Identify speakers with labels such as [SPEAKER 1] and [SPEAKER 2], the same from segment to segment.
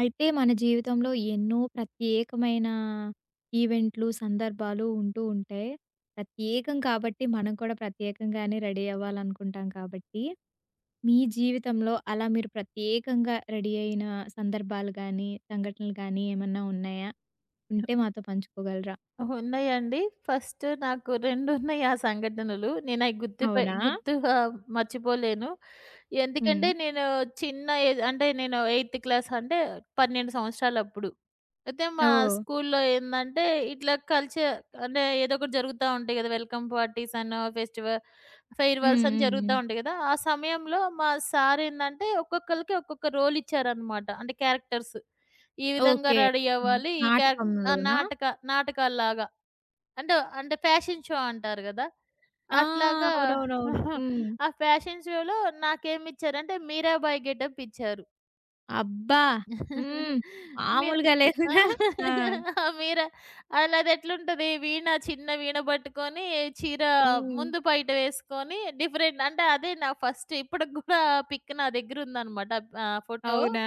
[SPEAKER 1] అయితే మన జీవితంలో ఎన్నో ప్రత్యేకమైన ఈవెంట్లు, సందర్భాలు ఉంటూ ఉంటాయి. ప్రత్యేకం కాబట్టి మనం కూడా ప్రత్యేకంగానే రెడీ అవ్వాలనుకుంటాం కాబట్టి, మీ జీవితంలో అలా మీరు ప్రత్యేకంగా రెడీ అయిన సందర్భాలు గానీ, సంఘటనలు గానీ ఏమన్నా ఉన్నాయా? ఉంటే మాతో పంచుకోగలరా?
[SPEAKER 2] ఉన్నాయండి. ఫస్ట్ నాకు 2 ఉన్నాయి ఆ సంఘటనలు. నేనయి గుర్తుపే
[SPEAKER 1] అవునా?
[SPEAKER 2] గుర్తుగా మర్చిపోలేను.
[SPEAKER 1] హ్మ్.
[SPEAKER 2] ఎందుకంటే నేను చిన్న ఏజ్ అంటే నేను 8థ్ క్లాస్ అంటే 12 సంవత్సరాలప్పుడు. అయితే మా
[SPEAKER 1] ఓహ్!
[SPEAKER 2] స్కూల్లో ఏందంటే ఇట్లా కల్చర్ అంటే ఏదో ఒకటి జరుగుతా ఉంటాయి గదా! వెల్కమ్ పార్టీస్ అనో, ఫెస్టివల్
[SPEAKER 1] హ్మ్.
[SPEAKER 2] ఫెయిర్‌వెల్స్ అని
[SPEAKER 1] హ్మ్.
[SPEAKER 2] జరుగుతా
[SPEAKER 1] హ్మ్.
[SPEAKER 2] ఉంటాయి గదా! ఆ సమయంలో మా సార్ ఏందంటే ఒక్కొక్కళ్ళకి ఒక్కొక్క రోల్ ఇచ్చారనమాట. అంటే క్యారెక్టర్స్. ఈ విధంగా
[SPEAKER 1] ఓకే.
[SPEAKER 2] రెడీ
[SPEAKER 1] హ్మ్.
[SPEAKER 2] అవ్వాలి. ఈ క్యారెక్ట ఆ!
[SPEAKER 1] నాటకంలోనా?
[SPEAKER 2] నాటక నాటకాల్లాగా. అంటే, అంటే, ఫ్యాషన్ షో అంటారు గదా!
[SPEAKER 1] ఆ!
[SPEAKER 2] అట్లాగా.
[SPEAKER 1] అవునవునవును. హ్మ్.
[SPEAKER 2] ఆ ఫ్యాషన్ షోలో నాకేమిచ్చారంటే, మీరాబాయి గెటప్ ఇచ్చారు.
[SPEAKER 1] అబ్బా! హ్మ్.
[SPEAKER 2] మీరు
[SPEAKER 1] మామూలుగా
[SPEAKER 2] ఆ!
[SPEAKER 1] లేదుగా. ఆ!
[SPEAKER 2] ఆ! మీరా అలా అదెట్లుంటది చిన్న వీణ పట్టుకొని, చీర
[SPEAKER 1] హ్మ్.
[SPEAKER 2] ముందు పైట వేసుకొని, డిఫరెంట్ అంటే అదే నా ఫస్ట్ ఇప్పటికి గూడా ఆ పిక్ నా దగ్గరుందనమాట. ఆ ఫోటో.
[SPEAKER 1] అవునా?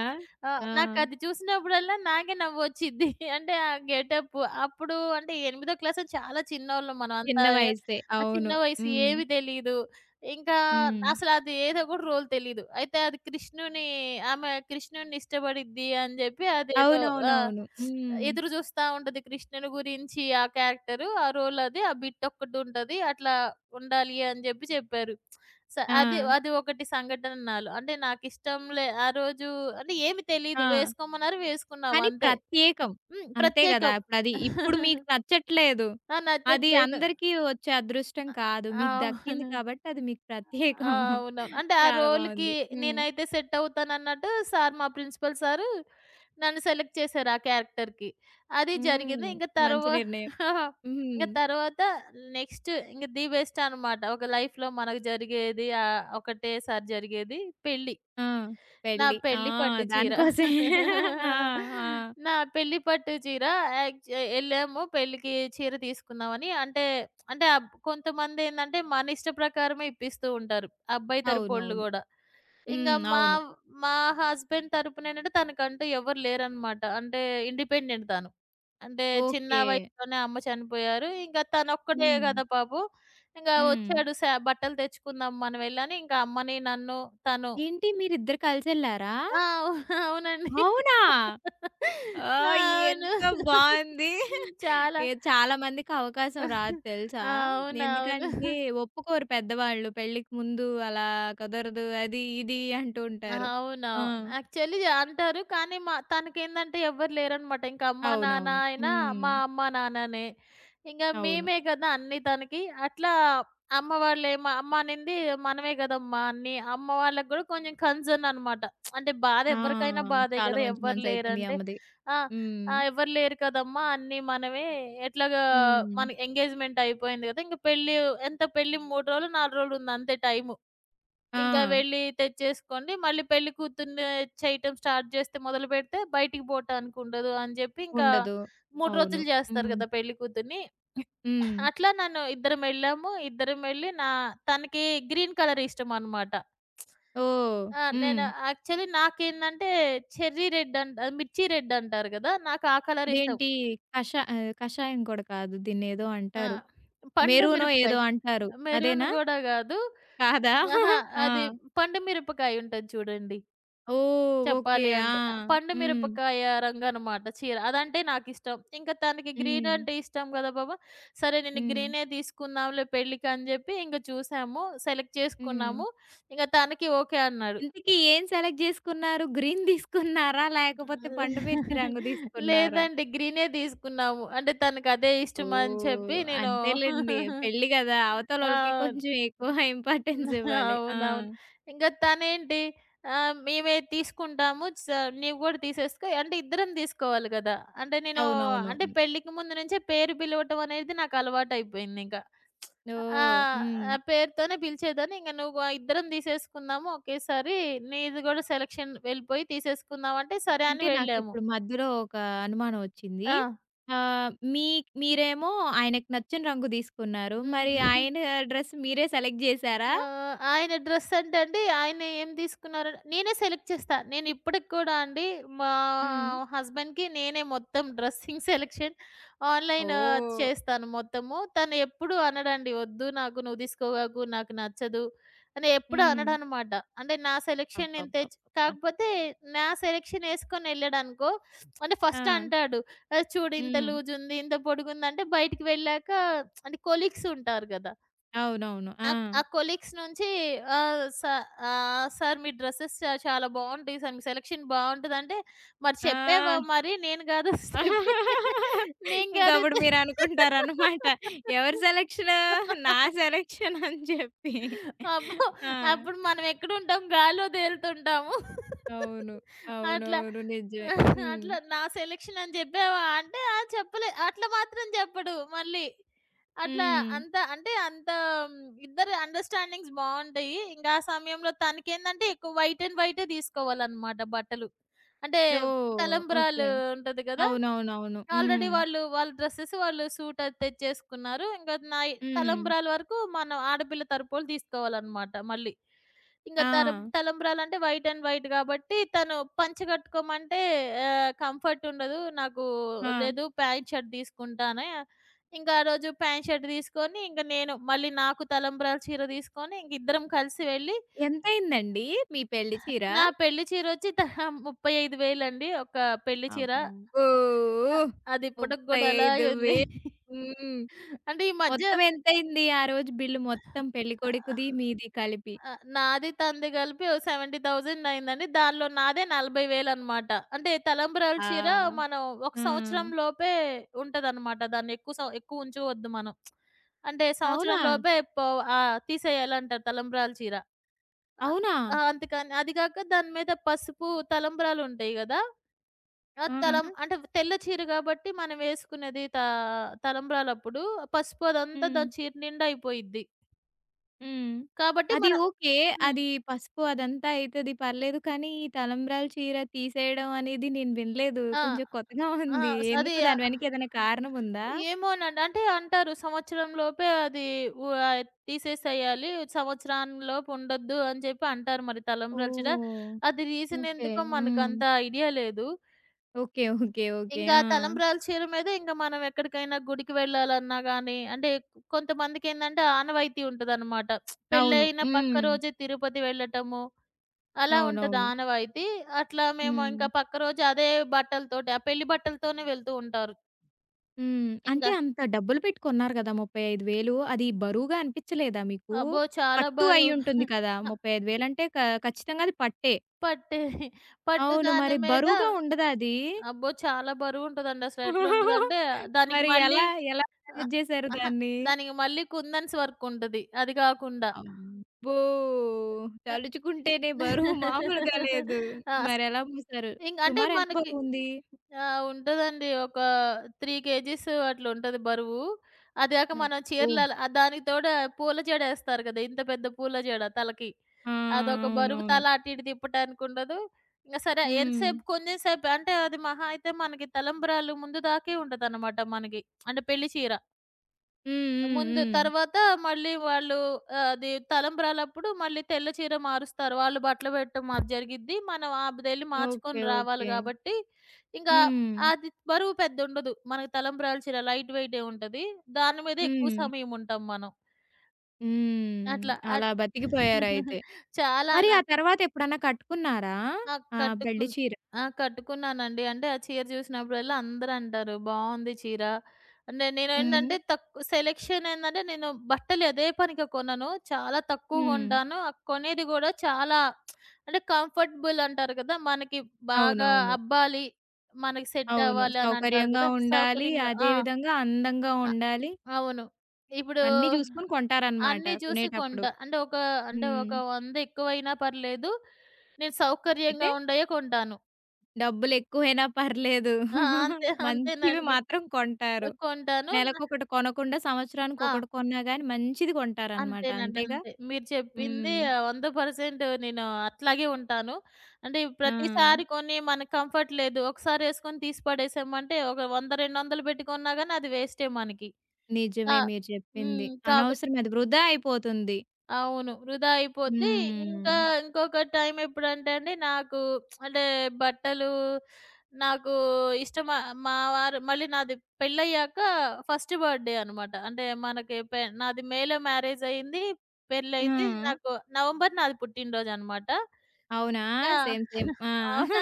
[SPEAKER 2] ఆ!
[SPEAKER 1] ఆ!
[SPEAKER 2] నాకది చూసినప్పుడల్లా నాకే నవ్వొచ్చిద్ది. అంటే ఆ గెటప్పు. అప్పుడు అంటే ఎనిమిదో క్లాస్, చాలా చిన్నోళ్ళం మనం.
[SPEAKER 1] చిన్న వయస్సే.
[SPEAKER 2] ఆ చిన్న
[SPEAKER 1] అవును.
[SPEAKER 2] వయసు
[SPEAKER 1] హ్మ్.
[SPEAKER 2] ఏవి తెలీదు. ఇంకా
[SPEAKER 1] హ్మ్.
[SPEAKER 2] అసలది ఏదో కూడా రోల్ తెలీదు. అయితే అది కృష్ణుని, ఆమె కృష్ణుడిని ఇష్టపడిద్ది అని జెప్పి అదేదో, ఆ!
[SPEAKER 1] అవునవునవును. హ్మ్.
[SPEAKER 2] ఎదురు జూస్తా ఉంటది కృష్ణుని గురించి ఆ క్యారెక్టరు. ఆ రోల్ అది. ఆ బిట్ ఒక్కటుంటది. అట్లా ఉండాలి అని జెప్పి చెప్పారు. స
[SPEAKER 1] ఆ!
[SPEAKER 2] అది అది ఒకటి సంఘటన నాలో. అంటే నాకిష్టం లే ఆ రోజు అంటే ఏమి తెలీదు.
[SPEAKER 1] ఆ!
[SPEAKER 2] వేసుకోమన్నారు, వేసుకున్నాం
[SPEAKER 1] కానీ
[SPEAKER 2] అంతే.
[SPEAKER 1] ప్రత్యేకం.
[SPEAKER 2] హ్మ్.
[SPEAKER 1] అంతే గదా!
[SPEAKER 2] ప్రత్యేకం.
[SPEAKER 1] ఇప్పుడు మీకు నచ్చట్లేదు.
[SPEAKER 2] ఆ!
[SPEAKER 1] అది
[SPEAKER 2] నచ్చట్లేదు.
[SPEAKER 1] అందరికీ వచ్చే అదృష్టం కాదు. మీకు దక్కింది
[SPEAKER 2] అవును.
[SPEAKER 1] కాబట్టి అది మీకు
[SPEAKER 2] ఆ!
[SPEAKER 1] ప్రత్యేకం.
[SPEAKER 2] అవునవును. అంటే ఆ
[SPEAKER 1] చాలా
[SPEAKER 2] రోల్‌కి
[SPEAKER 1] బావుంది. హ్మ్.
[SPEAKER 2] నేనైతే సెట్ అవుతానన్నట్టు సార్, మా ప్రిన్సిపల్ సారు నన్ను సెలెక్ట్ చేశారు ఆ క్యారెక్టర్‌కి. అది
[SPEAKER 1] హ్మ్.
[SPEAKER 2] జరిగింది. ఇంక
[SPEAKER 1] మంచి
[SPEAKER 2] తర్వా
[SPEAKER 1] నిర్ణయం.
[SPEAKER 2] ఇంక
[SPEAKER 1] హ్మ్.
[SPEAKER 2] తర్వాత నెక్స్ట్ ఇంక ది బెస్ట్ అనమాట. ఒక లైఫ్‌లో మనకు జరిగేది, ఒకటేసారి జరిగేది పెళ్లి.
[SPEAKER 1] ఆ!
[SPEAKER 2] నా
[SPEAKER 1] పెళ్లి. ఆ!
[SPEAKER 2] పెళ్లి పట్టు చీర.
[SPEAKER 1] దానికోసమే. ఆ! ఆ!
[SPEAKER 2] నా పెళ్లి పట్టు చీర. యాక్చు ఎళ్ళాము పెళ్ళికి చీర తీసుకుందామని. అంటే, కొంతమందేందంటే మన ఇష్ట ప్రకారమే ఇప్పిస్తూ ఉంటారు. అబ్బాయి తరపోళ్ళు
[SPEAKER 1] అవునవును.
[SPEAKER 2] గూడా. ఇంగ
[SPEAKER 1] హ్మ్.
[SPEAKER 2] మా
[SPEAKER 1] అవును.
[SPEAKER 2] మా హస్బెండ్ తరపునేంటంటే తనకంటూ ఎవరు లేరనమాట. అంటే ఇండిపెండెంట్ తను. అంటే చిన్న
[SPEAKER 1] ఓకే.
[SPEAKER 2] వయసులోనే అమ్మ చనిపోయారు. ఇంక తనొక్కడే
[SPEAKER 1] హ్మ్.
[SPEAKER 2] గదా పాపం. ఇంగ
[SPEAKER 1] హ్మ్.
[SPEAKER 2] వచ్చాడు, బట్టలు తెచ్చుకుందాం మనమెళ్ళని ఇంక అమ్మని, నన్ను, తను.
[SPEAKER 1] ఏంటి మీరిద్దరు కలిసెళ్లారా?
[SPEAKER 2] ఆ! అవు అవునండి.
[SPEAKER 1] అవునా! ఆ!
[SPEAKER 2] అవును.
[SPEAKER 1] ఎంత బావుంది.
[SPEAKER 2] హ్మ్. చాలా.
[SPEAKER 1] ఏ చాలా మందికి అవకాశం రాదు తెలుసా?
[SPEAKER 2] అవునవును.
[SPEAKER 1] ఎందుకంటే ఒప్పుకోరు పెద్దవాళ్ళు. పెళ్ళికి ముందు అలా కుదరదు అది, ఇది అంటూ ఉంటారు. ఆ!
[SPEAKER 2] అవునవును. యాక్చువల్లీ అంటారు. కానీ మా తనకేందంటే ఎవ్వరు లేరనమాట. ఇంక అమ్మ, నాన్న
[SPEAKER 1] అవునవును.
[SPEAKER 2] అయినా
[SPEAKER 1] హ్మ్.
[SPEAKER 2] మా అమ్మ, నాన్ననే. ఇంగ
[SPEAKER 1] అవును.
[SPEAKER 2] మేమే కదా అన్నీ తనకి. అట్లా అమ్మ వాళ్ళేమో, అమ్మ అనింది మనమే కదమ్మా అన్నీ. అమ్మ వాళ్ళకి గూడా కొంచెం కన్సర్న్ అనమాట. అంటే బాధ
[SPEAKER 1] ఆ!
[SPEAKER 2] ఎవ్వరికైనా బాధే
[SPEAKER 1] చాలా
[SPEAKER 2] కదా!
[SPEAKER 1] మంచి
[SPEAKER 2] ఎవ్వరు
[SPEAKER 1] మనసయితే మీ
[SPEAKER 2] లేరంటే,
[SPEAKER 1] అమ్మది.
[SPEAKER 2] "ఆ!
[SPEAKER 1] హ్మ్.
[SPEAKER 2] ఎవ్వరు లేరు కదమ్మా! అన్నీ మనమే." ఎట్లాగా
[SPEAKER 1] హ్మ్.
[SPEAKER 2] మన ఎంగేజ్‌మెంట్ అయిపోయింది కదా! ఇంక పెళ్లి ఎంత పెళ్లి 3 రోజులు, 4 రోజులు ఉంది అంతే టైము.
[SPEAKER 1] ఆ!
[SPEAKER 2] ఇంకా వెళ్లి తెచ్చేసుకోండి. మళ్ళీ పెళ్లి కూతుర్ని చేయటం స్టార్ట్ చేస్తే మొదలుపెడితే బయటికి పోటానికుండదు అని జెప్పి, ఇంకా
[SPEAKER 1] ఉండదు.
[SPEAKER 2] 3
[SPEAKER 1] అవును.
[SPEAKER 2] రోజులు జేస్తారు
[SPEAKER 1] హ్మ్.
[SPEAKER 2] గదా పెళ్లి కూతుర్ని!
[SPEAKER 1] హ్మ్.
[SPEAKER 2] అట్లా నన్ను ఇద్దరం ఎళ్ళాము. ఇద్దరం ఎళ్లి, తనకి గ్రీన్ కలర్ ఇష్టమనమాట.
[SPEAKER 1] ఓహ్!
[SPEAKER 2] ఆ!
[SPEAKER 1] హ్మ్.
[SPEAKER 2] నేను యాక్చువల్లీ నాకేందంటే చెర్రీ రెడ్ అంట మిర్చి రెడ్ అంటారు గదా! నాకు ఆ కలర్ ఇష్టం.
[SPEAKER 1] ఇదేంటి కషా ఆహ్, కషాయం కూడా కాదు. దీన్నేదో
[SPEAKER 2] ఆ!
[SPEAKER 1] అంటారు.
[SPEAKER 2] పండు
[SPEAKER 1] మెరూనో ఏదో
[SPEAKER 2] మిరపకాయ.
[SPEAKER 1] అంటారు.
[SPEAKER 2] మెరూన్
[SPEAKER 1] అదేనా?
[SPEAKER 2] గూడా గాదు.
[SPEAKER 1] కాదా?
[SPEAKER 2] ఆహా!
[SPEAKER 1] ఆ!
[SPEAKER 2] అది పండు మిరపకాయుంటది చూడండి.
[SPEAKER 1] ఓహ్! ఓకే.
[SPEAKER 2] చెప్పాలి
[SPEAKER 1] ఆ!
[SPEAKER 2] అంటే పండు
[SPEAKER 1] హ్మ్.
[SPEAKER 2] మిరపకాయ రంగనమాట చీర. అదంటే నాకిష్టం. ఇంక తనకి గ్రీన్
[SPEAKER 1] హ్మ్.
[SPEAKER 2] అంటే ఇష్టం గదా బాబు! సరే, నేను
[SPEAKER 1] హ్మ్.
[SPEAKER 2] గ్రీనే తీసుకుందాంలే పెళ్ళికని జెప్పి ఇంక చూసాము. సెలెక్ట్
[SPEAKER 1] హ్మ్.
[SPEAKER 2] చేసుకున్నాము. ఇంక తనకి ఓకే అన్నాడు.
[SPEAKER 1] ఇంతకీ ఏం సెలెక్ట్ జేసుకున్నారు? గ్రీన్ తీసుకున్నారా? లేకపోతే పండు మిర్చి రంగు తీసుకున్నారా?
[SPEAKER 2] లేదండి, గ్రీనే తీసుకున్నాము. అంటే తనకదే ఇష్టమని
[SPEAKER 1] ఓహ్!
[SPEAKER 2] చెప్పి నేను.
[SPEAKER 1] అంతేలెండి. పెళ్లి గదా! అవతలోళ్ళకి
[SPEAKER 2] అవును.
[SPEAKER 1] కొంచెం ఎక్కువ ఇంపార్టెన్స్ ఇవ్వాలి. ఆ!
[SPEAKER 2] అవునవును. ఇంక తనేంటి, మేమే తీసుకుంటాము, నీవు గూడా తీసేసుకో అంటే ఇద్దరం తీసుకోవాలి గదా! అంటే నేను
[SPEAKER 1] అవునవును.
[SPEAKER 2] అంటే పెళ్ళికి ముందు నుంచే పేరు పిలవటం అనేది నాకు అలవాటయిపోయిందింక. ఆ!
[SPEAKER 1] ఓహ్! హ్మ్.
[SPEAKER 2] ఆ పేరుతోనే పిలిచేదాన్ని. ఇంక నువ్వు ఇద్దరం తీసేసుకుందాము ఒకేసారి, నీది గూడా సెలక్షన్ వెళ్ళిపోయి తీసేసుకుందాం అంటే సరే
[SPEAKER 1] అంటే
[SPEAKER 2] అని వెళ్ళాము.
[SPEAKER 1] నాకిప్పుడు మధ్యలో ఒక అనుమానం వచ్చింది.
[SPEAKER 2] ఆ!
[SPEAKER 1] ఆహ్, మీరేమో ఆయనకి నచ్చని రంగు తీసుకున్నారు. మరి
[SPEAKER 2] హ్మ్.
[SPEAKER 1] ఆయన డ్రెస్ మీరే సెలెక్ట్ చేసారా?
[SPEAKER 2] ఆ! ఆయన డ్రెస్ అంటే అండి, ఆయన ఏం తీసుకున్నారు నేనే సెలెక్ట్ చేస్తా. నేను ఇప్పటికి కూడా అండి, మా
[SPEAKER 1] హ్మ్.
[SPEAKER 2] హస్బెండ్‌కి నేనే మొత్తం డ్రెస్సింగ్ సెలెక్షన్ ఆన్‌లైన్
[SPEAKER 1] ఓహ్!
[SPEAKER 2] చేస్తాను మొత్తము. తను ఎప్పుడు అనడండి, "వద్దు నాకు, నువ్వు తీసుకోగాకు, నాకు నచ్చదు" అని ఎప్పుడు
[SPEAKER 1] హ్మ్.
[SPEAKER 2] అనడనమాట. అంటే నా సెలెక్షన్ నేను తెచ్
[SPEAKER 1] అబ్బబ్బబ్బబ్బా!
[SPEAKER 2] కాకపోతే నా సెలెక్షన్ ఏసుకొని ఎళ్ళాడనుకో, అంటే
[SPEAKER 1] ఆ!
[SPEAKER 2] ఫస్ట్ అంటాడు, చూడు ఇంత
[SPEAKER 1] హ్మ్.
[SPEAKER 2] లూజ్ ఉంది, ఇంత పొడుగుంది" అంటే. బయటికి వెళ్ళాక అంటే కొలీగ్స్ ఉంటారు గదా!
[SPEAKER 1] అవునవును. ఆ!
[SPEAKER 2] ఆ! ఆ కొలీగ్స్ నుంచి ఆహ్, స "సార్, మీ డ్రెసెస్ చాలా బావుంటాయి సార్. మీ సెలక్షన్ బావుంటదంటే" "మరి చెప్పావా
[SPEAKER 1] ఆ!
[SPEAKER 2] మరి? నేను కాదు చెప్పి నేను కాదు."
[SPEAKER 1] ఇంకప్పుడు మీరనుకుంటారనమాట. ఎవరి సెలక్షను? నా సెలక్షన్ అని చెప్పి.
[SPEAKER 2] అబ్బో!
[SPEAKER 1] ఆ!
[SPEAKER 2] అప్పుడు మనం ఎక్కడుంటాం? గాల్లో తేలుతుంటాము.
[SPEAKER 1] అవును.
[SPEAKER 2] అట్లా.
[SPEAKER 1] అవునవును. నిజమే. హ్మ్.
[SPEAKER 2] అట్లా నా సెలక్షన్ అని చెప్పావా? అంటే ఆ! చెప్పలే. అట్లా మాత్రం చెప్పడు మళ్ళీ. అట్లా
[SPEAKER 1] హ్మ్.
[SPEAKER 2] అంత అంటే అంత హ్మ్, ఇద్దరి అండర్‌స్టాండింగ్స్ బావుంటాయి. ఇంగా ఆ సమయంలో తనకేందంటే ఎక్కువ వైట్ అండ్ వైటే తీసుకోవాలనమాట బట్టలు. అంటే
[SPEAKER 1] ఓహ్! ఓకే.
[SPEAKER 2] తలంబ్రాలు ఉంటది కదా!
[SPEAKER 1] అవునవునవును.
[SPEAKER 2] ఆల్రెడీ
[SPEAKER 1] హ్మ్.
[SPEAKER 2] వాళ్ళు, వాళ్ళ డ్రెసెస్ వాళ్ళు సూట్ అది తెచ్చేసుకున్నారు. ఇంక నాయి
[SPEAKER 1] హ్మ్.
[SPEAKER 2] తలంబ్రాల వరకు మనం ఆడపిల్ల తరపోళ్ళు తీసుకోవాలనమాట మళ్ళీ. ఇంక
[SPEAKER 1] ఆ!
[SPEAKER 2] తలంబ్రాలంటే వైట్ అండ్ వైట్ గాబట్టి, తను పంచ గట్టుకోమంటే కంఫర్ట్ ఉండదు. నాకు,
[SPEAKER 1] ఆ!
[SPEAKER 2] లేదు ప్యాంట్ షర్ట్ తీసుకుంటానే. ఇంక ఆ రోజు ప్యాంట్ షర్ట్ తీసుకొని, ఇంక నేను మళ్ళీ నాకు తలంబ్రాల చీర తీసుకొని, ఇంక ఇద్దరం కలిసి వెళ్ళి,
[SPEAKER 1] ఎంతయిందండి మీ పెళ్లి చీర?
[SPEAKER 2] నా పెళ్లి చీరొచ్చి 35,000 అండి ఒక పెళ్లి
[SPEAKER 1] అమ్మో!
[SPEAKER 2] చీర.
[SPEAKER 1] అబ్బో!
[SPEAKER 2] అ అది ఇప్పటికి గూడా అలాగే ఉంది.
[SPEAKER 1] 35,000. హ్మ్.
[SPEAKER 2] అంటే ఈ మధ్య
[SPEAKER 1] మొత్తం ఎంతయింది ఆ రోజు బిల్లు మొత్తం పెళ్ళికొడుకుది,
[SPEAKER 2] ఆహ్
[SPEAKER 1] మీది కలిపి?
[SPEAKER 2] ఆ! నాది తనది కలిపి ఓ 70,000 అయిందండి. దానిలో నాదే 40,000 అనమాట. అంటే తలంబ్రాల చీర
[SPEAKER 1] ఆ!
[SPEAKER 2] మనం ఒక
[SPEAKER 1] ఆ!
[SPEAKER 2] సంవత్సరం లోపే ఉంటదనమాట. దాన్ని ఎక్కువ ఎక్కువ ఉంచుకోవద్దు మనం. అంటే
[SPEAKER 1] అవునా?
[SPEAKER 2] సంవత్సరం లోపే తీసేయాలంటారు తలంబ్రాల చీర. ఆహ్,
[SPEAKER 1] అవునా?
[SPEAKER 2] ఆ! అందుకని అది కాక దాని మీద పసుపు తలంబ్రాలుంటాయి గదా! ఆ
[SPEAKER 1] ఆ!
[SPEAKER 2] తలం
[SPEAKER 1] ఆ!
[SPEAKER 2] అంటే తెల్ల చీర కాబట్టి మనం వేసుకునేది, తలంబ్రాలప్పుడు పసుపు అదంతా
[SPEAKER 1] హ్మ్.
[SPEAKER 2] దాని చీర నిండా అయిపోయిద్ది.
[SPEAKER 1] హ్మ్.
[SPEAKER 2] కాబట్టి
[SPEAKER 1] అది
[SPEAKER 2] మన,
[SPEAKER 1] ఓకే.
[SPEAKER 2] హ్మ్.
[SPEAKER 1] అది పసుపు అదంతా అయితది పర్లేదు. కానీ ఈ తలంబ్రాలు చీర తీసేయడం అనేది నేను వినలేదు.
[SPEAKER 2] ఆ!
[SPEAKER 1] కొంచెం కొత్తగా
[SPEAKER 2] ఆ!
[SPEAKER 1] ఉంది.
[SPEAKER 2] స్ అది
[SPEAKER 1] ఎందుకు దాని
[SPEAKER 2] ఆహ్,
[SPEAKER 1] వెనక ఏదైనా కారణం ఉందా?
[SPEAKER 2] ఏమోనండి. అంటే అంటారు సంవత్సరం లోపే అది వు ఆహ్, తీసేసేయాలి. సంవత్సరం లోపు ఉండొద్దు అని చెప్పి అంటారు మరి తలంబ్రాలు చీర.
[SPEAKER 1] ఓహ్!
[SPEAKER 2] అది రీజన్
[SPEAKER 1] ఓకే.
[SPEAKER 2] ఎందుకో
[SPEAKER 1] హ్మ్.
[SPEAKER 2] మనకంత ఐడియా లేదు.
[SPEAKER 1] ఓకే. ఓకే. ఓకే.
[SPEAKER 2] ఇంకా
[SPEAKER 1] ఆ!
[SPEAKER 2] తలంబ్రాల చీర మీద ఇంకా మనం ఎక్కడికైనా గుడికి వెళ్ళాలన్నా గానీ, అంటే కొంతమందికేందంటే ఆనవాయితీ ఉంటదనమాట.
[SPEAKER 1] అవును.
[SPEAKER 2] పెళ్ళైన పక్క
[SPEAKER 1] హ్మ్.
[SPEAKER 2] రోజే తిరుపతి వెళ్ళటము, అలా ఉంటది
[SPEAKER 1] అవునవును.
[SPEAKER 2] ఆనవాయితీ. అట్లా మేము
[SPEAKER 1] హ్మ్.
[SPEAKER 2] ఇంకా పక్క రోజు అదే బట్టలతోటి ఆ పెళ్లి బట్టలతోనే వెళ్తూ ఉంటారు.
[SPEAKER 1] హ్మ్. అంటే
[SPEAKER 2] ఇంకా
[SPEAKER 1] అంత డబ్బులు పెట్టి కొన్నారు కదా! 35,000 అది బరువుగా అనిపించలేదా మీకు?
[SPEAKER 2] అబ్బో! చాలా
[SPEAKER 1] పట్టు
[SPEAKER 2] బరువు.
[SPEAKER 1] అయ్యుంటుంది కదా! 35,000 అంటే క ఖచ్చితంగా అది పట్టే.
[SPEAKER 2] పట్టే, పట్టు
[SPEAKER 1] అవును.
[SPEAKER 2] దాని
[SPEAKER 1] మరి
[SPEAKER 2] మీద.
[SPEAKER 1] బరువుగా ఉండదా అది?
[SPEAKER 2] అబ్బో! చాలా బరువుంటదండి. అసలు ఎట్లుంటదంటే దానికి
[SPEAKER 1] మరి
[SPEAKER 2] మళ్ళీ,
[SPEAKER 1] ఎలా, ఎలా
[SPEAKER 2] ఆహ్,
[SPEAKER 1] మేనేజ్ చేశారు
[SPEAKER 2] అహా!
[SPEAKER 1] దాన్ని?
[SPEAKER 2] దానికి మళ్ళీ కుందన్స్ వర్క్ ఉంటది. అది కాకుండా.
[SPEAKER 1] అబ్బో!
[SPEAKER 2] ఆహ్,
[SPEAKER 1] తలుచుకుంటేనే బరువు మామూలుగా లేదు.
[SPEAKER 2] ఆ!
[SPEAKER 1] మరెలా మోసారు?
[SPEAKER 2] ఇంక అంటే
[SPEAKER 1] సుమారు ఎంత
[SPEAKER 2] మనకి,
[SPEAKER 1] బరువుంది?
[SPEAKER 2] ఆ! ఉంటదండి. ఒక 3 కేజీస్ అట్లా ఉంటది బరువు. అది గాక మనం
[SPEAKER 1] అబ్బో!
[SPEAKER 2] దానికి తోడు పూల జడేస్తారు కదా! ఇంత పెద్ద పూల జడ తలకి.
[SPEAKER 1] ఆ!
[SPEAKER 2] అదొక బరువు,
[SPEAKER 1] అవునవును.
[SPEAKER 2] తల అటు ఇటు తిప్పటానికుండదు. ఇంక సరే
[SPEAKER 1] హ్మ్.
[SPEAKER 2] ఎంతసేపు, కొంచెం సేపు. అంటే అది మహా అయితే మనకి తలంబ్రాలు ముందు దాకే ఉంటదనమాట మనకి. అంటే పెళ్లి చీర.
[SPEAKER 1] హ్మ్. హ్మ్.
[SPEAKER 2] ముందు
[SPEAKER 1] హ్మ్.
[SPEAKER 2] తర్వాత మళ్ళీ వాళ్ళు, అది తలంబ్రాలప్పుడు మళ్ళీ తెల్ల చీర మారుస్తారు. వాళ్ళు బట్టలు పెట్టడం అది జరిగిద్ది. మనం అదెళ్లి
[SPEAKER 1] ఓకే.
[SPEAKER 2] మార్చుకొని రావాలి
[SPEAKER 1] ఓకే.
[SPEAKER 2] గాబట్టి, ఇంకా
[SPEAKER 1] హ్మ్.
[SPEAKER 2] అది బరువు పెద్దుండదు. మనకు తలంబ్రాల చీర లైట్ వెయిటే ఉంటది. దాని మీద ఎక్కువ
[SPEAKER 1] హ్మ్.
[SPEAKER 2] సమయం ఉంటాం మనం.
[SPEAKER 1] హ్మ్.
[SPEAKER 2] అట్లా.
[SPEAKER 1] అలా బతికిపోయారయితే.
[SPEAKER 2] చాలా
[SPEAKER 1] మరి
[SPEAKER 2] న
[SPEAKER 1] ఆ తర్వాత ఎప్పుడన్నా కట్టుకున్నారా?
[SPEAKER 2] ఆ!
[SPEAKER 1] ఆ పెళ్లి
[SPEAKER 2] కట్టుకున్నా.
[SPEAKER 1] చీర?
[SPEAKER 2] ఆ! కట్టుకున్నానండి. అంటే ఆ చీర చూసినప్పుడల్లా అందరూ అంటారు, "బావుంది చీర." అంటే
[SPEAKER 1] హ్మ్.
[SPEAKER 2] నేనేంటంటే సెలక్షన్ ఏందంటే నేను బట్టలు అదే పనిగా కొనను. చాలా తక్కువ
[SPEAKER 1] హ్మ్.
[SPEAKER 2] కొంటాను. ఆ కొనేది గూడా చాలా, అంటే కంఫర్టబుల్ అంటారు కదా! మనకి బాగా
[SPEAKER 1] అవునవును.
[SPEAKER 2] అబ్బాలి, మనకి సెట్
[SPEAKER 1] అవును.
[SPEAKER 2] అవ్వాలి అని అంటారు
[SPEAKER 1] సౌకర్యంగా
[SPEAKER 2] కదా!
[SPEAKER 1] ఉండాలి.
[SPEAKER 2] సౌకర్యంగా.
[SPEAKER 1] అదే
[SPEAKER 2] ఆ!
[SPEAKER 1] విధంగా అందంగా
[SPEAKER 2] అ
[SPEAKER 1] ఉండాలి.
[SPEAKER 2] అవును. ఇప్పుడు
[SPEAKER 1] అన్నీ జూసుకొని కొంటారనమాట
[SPEAKER 2] అన్నీ చూసి
[SPEAKER 1] కొనేటప్పుడు.
[SPEAKER 2] కొంటా. అంటే
[SPEAKER 1] హ్మ్.
[SPEAKER 2] ఒక 100 ఎక్కువైనా పర్లేదు. నేను
[SPEAKER 1] అయితే
[SPEAKER 2] సౌకర్యంగా ఉండయే కొంటాను.
[SPEAKER 1] డబ్బులెక్కువైనా పర్లేదు.
[SPEAKER 2] ఆ! అంతే.
[SPEAKER 1] మంచివి
[SPEAKER 2] అంతేనండి.
[SPEAKER 1] మాత్రం కొంటారు.
[SPEAKER 2] కొంటాను.
[SPEAKER 1] నెలకొకటి కొనకుండా
[SPEAKER 2] ఆ!
[SPEAKER 1] సంవత్సరానికొకటి కొన్నా గాని మంచిది కొంటారనమాట.
[SPEAKER 2] అంతేనండి.
[SPEAKER 1] అంతేగా?
[SPEAKER 2] అంతే. మీరు చెప్పింది
[SPEAKER 1] హ్మ్.
[SPEAKER 2] 100% నేను అట్లాగే ఉంటాను. అంటే
[SPEAKER 1] ఆ!
[SPEAKER 2] ప్రతిసారి కొని మనకు కంఫర్ట్ లేదు. ఒకసారి ఎసుకొని తీసి పడేసామంటే, ఒక 100, 200 పెట్టి కొన్నా గాని అది వేస్టే మనకి.
[SPEAKER 1] నిజమే
[SPEAKER 2] కా
[SPEAKER 1] మీరు చెప్పింది.
[SPEAKER 2] హ్మ్.
[SPEAKER 1] అనవసరం అది వృధా అయిపోతుంది.
[SPEAKER 2] అవును. వృధా అయిపోద్ది. ఇంకా
[SPEAKER 1] హ్మ్.
[SPEAKER 2] ఇంకొక టైం ఎప్పుడంటే అండి, నాకు అంటే బట్టలు నాకు ఇష్టమ మా వారు మళ్ళీ నాది పెళ్ళయ్యాక ఫస్ట్ బర్త్‌డే అనమాట. అంటే మనకి నాది మేలో మ్యారేజయింది.
[SPEAKER 1] ఆ!
[SPEAKER 2] పెళ్లయింది. నాకు నవంబర్ నాది పుట్టినరోజనమాట.
[SPEAKER 1] అవునా?
[SPEAKER 2] ఆ!
[SPEAKER 1] సేమ్. సేమ్. ఆ!
[SPEAKER 2] అవునా!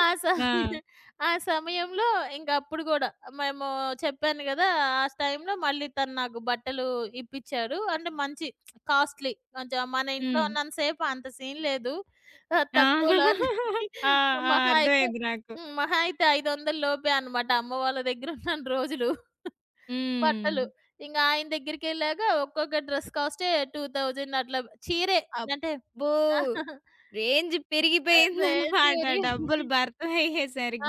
[SPEAKER 2] ఆ
[SPEAKER 1] ఆ!
[SPEAKER 2] సమయం ఆ సమయంలో ఇంకప్పుడు గూడా మేము చెప్పాను గదా! ఆ టైంలో మళ్ళీ తను నాకు బట్టలు ఇప్పిచ్చాడు. అంటే మంచి కాస్ట్‌లీ. కొంచెం మన ఇంట్లో
[SPEAKER 1] హ్మ్.
[SPEAKER 2] ఉన్నంత సేపు అంత సీన్ లేదు.
[SPEAKER 1] ఆ!
[SPEAKER 2] తక్కువలోనే.
[SPEAKER 1] ఆ! ఆ!
[SPEAKER 2] మహా అయితే,
[SPEAKER 1] అర్థమైంది నాకు.
[SPEAKER 2] హ్మ్, మహా అయితే 500 లోపే అనమాట అమ్మ వాళ్ళ దగ్గర ఉన్న రోజులు
[SPEAKER 1] హ్మ్.
[SPEAKER 2] బట్టలు. ఇంక ఆయన దగ్గరికెళ్ళాక ఒక్కొక్క డ్రెస్ కాస్టే 2000, అట్లా చీరే. అంటే
[SPEAKER 1] అబ్బో! రేంజ్
[SPEAKER 2] ఆ! రేంజ్
[SPEAKER 1] పెరిగిపోయిందనమాట.
[SPEAKER 2] పెరి
[SPEAKER 1] డబ్బులు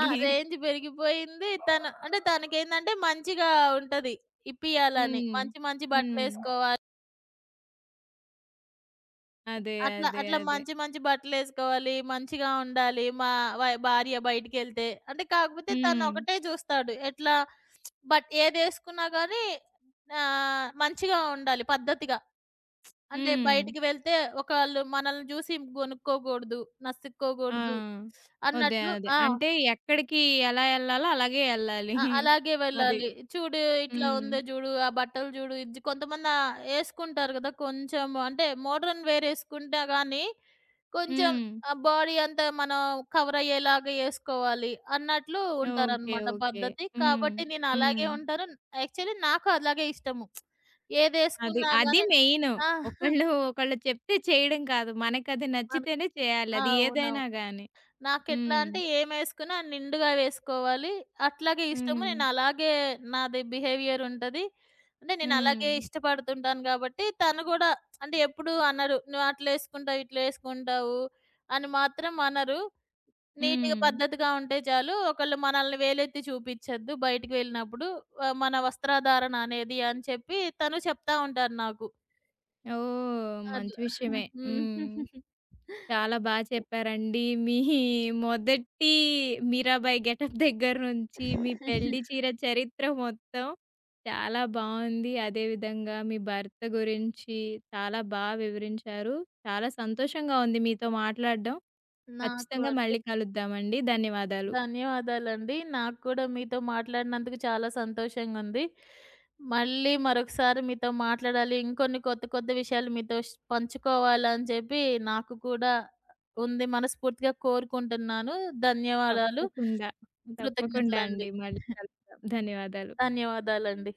[SPEAKER 2] ఆ! రేంజ్ పెరిగిపోయింది. తను అంటే తనకేందంటే మంచిగా ఉంటది ఇప్పియాలని.
[SPEAKER 1] హ్మ్.
[SPEAKER 2] మంచి మంచి
[SPEAKER 1] హ్మ్.
[SPEAKER 2] బట్టలేసుకోవాలి.
[SPEAKER 1] అదే.
[SPEAKER 2] అట్లా
[SPEAKER 1] అదే.
[SPEAKER 2] అట్లా
[SPEAKER 1] అదే.
[SPEAKER 2] మంచి మంచి బట్టలేసుకోవాలి. మంచిగా ఉండాలి మా భార్య బయటికెళ్తే. అంటే కాకపోతే తను
[SPEAKER 1] హ్మ్.
[SPEAKER 2] ఒకటే చూస్తాడు. ఎట్లా బట్ ఏదేసుకున్నా గానీ మంచిగా ఉండాలి పద్ధతిగా. అంటే
[SPEAKER 1] హ్మ్.
[SPEAKER 2] బయటికి వెళ్తే ఒకళ్ళు మనల్ని చూసి గొనుక్కోకూడదు,
[SPEAKER 1] ఆ!
[SPEAKER 2] నసుక్కోకూడదు
[SPEAKER 1] అదే.
[SPEAKER 2] అన్నట్లు.
[SPEAKER 1] అదే.
[SPEAKER 2] ఆ!
[SPEAKER 1] అంటే ఎక్కడికి ఎలా ఎళ్ళాలో అలాగే ఎళ్ళాలి.
[SPEAKER 2] ఆ! అలాగే
[SPEAKER 1] అది.
[SPEAKER 2] వెళ్ళాలి. చూడు ఇట్లా
[SPEAKER 1] హ్మ్.
[SPEAKER 2] ఉందో జూడు, ఆ బట్టలు జూడు, ఇది కొంతమంది ఏసుకుంటారు గదా! కొంచెం అంటే మోడ్రన్ వేర్ ఏసుకుంటా గానీ కొంచెం
[SPEAKER 1] హ్మ్.
[SPEAKER 2] ఆ బాడీ అంతా మనం కవర్ అయ్యేలాగా ఏసుకోవాలి అన్నట్లు
[SPEAKER 1] ఓకే.
[SPEAKER 2] ఉంటారనమాట
[SPEAKER 1] ఓకే.
[SPEAKER 2] పద్ధతి.
[SPEAKER 1] హ్మ్.
[SPEAKER 2] కాబట్టి నేను
[SPEAKER 1] హ్మ్.
[SPEAKER 2] అలాగే ఉంటాను. యాక్చువల్లీ నాకు అలాగే ఇష్టము.
[SPEAKER 1] అది.
[SPEAKER 2] ఏదేసుకున్నా
[SPEAKER 1] అది
[SPEAKER 2] గానీ.
[SPEAKER 1] మెయిను.
[SPEAKER 2] ఆ!
[SPEAKER 1] ఒకళ్ళు ఒకళ్ళు చెప్తే చేయడం కాదు. మనకది
[SPEAKER 2] మనకు
[SPEAKER 1] నచ్చితేనే చేయాలి. అది
[SPEAKER 2] అవునవును.
[SPEAKER 1] ఏదైనా గాని.
[SPEAKER 2] నాకెట్లా
[SPEAKER 1] హ్మ్.
[SPEAKER 2] అంటే ఏమేసుకున్నా నిండుగా వేసుకోవాలి. అట్లాగే ఇష్టము.
[SPEAKER 1] హ్మ్.
[SPEAKER 2] నాది బిహేవియర్ ఉంటది. అంటే
[SPEAKER 1] హ్మ్.
[SPEAKER 2] నేనలాగే ఇష్టపడుతుంటాను గాబట్టి తను గూడా అంటే ఎప్పుడు అనరు. "నువ్వట్లేసుకుంటావు, ఇట్లేసుకుంటావు" అని మాత్రం అనరు. హ్మ్. నీట్‌గా,
[SPEAKER 1] హ్మ్.
[SPEAKER 2] పద్ధతిగా ఉంటే చాలు. ఒకళ్ళు మనల్ని వేలెత్తి చూపిచ్చొద్దు బయటికి వెళ్ళినప్పుడు, మన వస్త్రధారణ అనేది అని చెప్పి తను చెప్తా ఉంటారు నాకు.
[SPEAKER 1] ఓహ్! మంచి
[SPEAKER 2] అట్లా.
[SPEAKER 1] విషయమే.
[SPEAKER 2] హ్మ్.
[SPEAKER 1] హ్మ్. చాలా బా చెప్పారండి. మీ మొదటి 'మీరాబాయి' గెటప్ దగ్గర నుంచి మీ పెళ్లి చీర చరిత్ర మొత్తం చాలా బావుంది. అదేవిధంగా మీ భర్త గురించి చాలా బా వివరించారు. చాలా సంతోషంగా ఉంది మీతో మాట్లాడడం.
[SPEAKER 2] నాకు
[SPEAKER 1] ఖచ్చితంగా
[SPEAKER 2] అంతే.
[SPEAKER 1] మళ్ళీ కలుద్దామండి. ధన్యవాదాలు.
[SPEAKER 2] ధన్యవాదాలండి. నాకు కూడా మీతో మాట్లాడినందుకు చాలా సంతోషంగుంది. మళ్ళీ మరొకసారి మీతో మాట్లాడాలి, ఇంకొన్ని కొత్త కొత్త విషయాలు మీతో పంచుకోవాలని చెప్పి నాకు కూడా ఉంది. మనస్ఫూర్తిగా కోరుకుంటున్నాను. ధన్యవాదాలు.
[SPEAKER 1] తప్పకుండా. తప్పకుండా
[SPEAKER 2] కృతజ్ఞతలండి.
[SPEAKER 1] అండి. మళ్ళీ కలుద్దాం. ధన్యవాదాలు.
[SPEAKER 2] ధన్యవాదాలండి.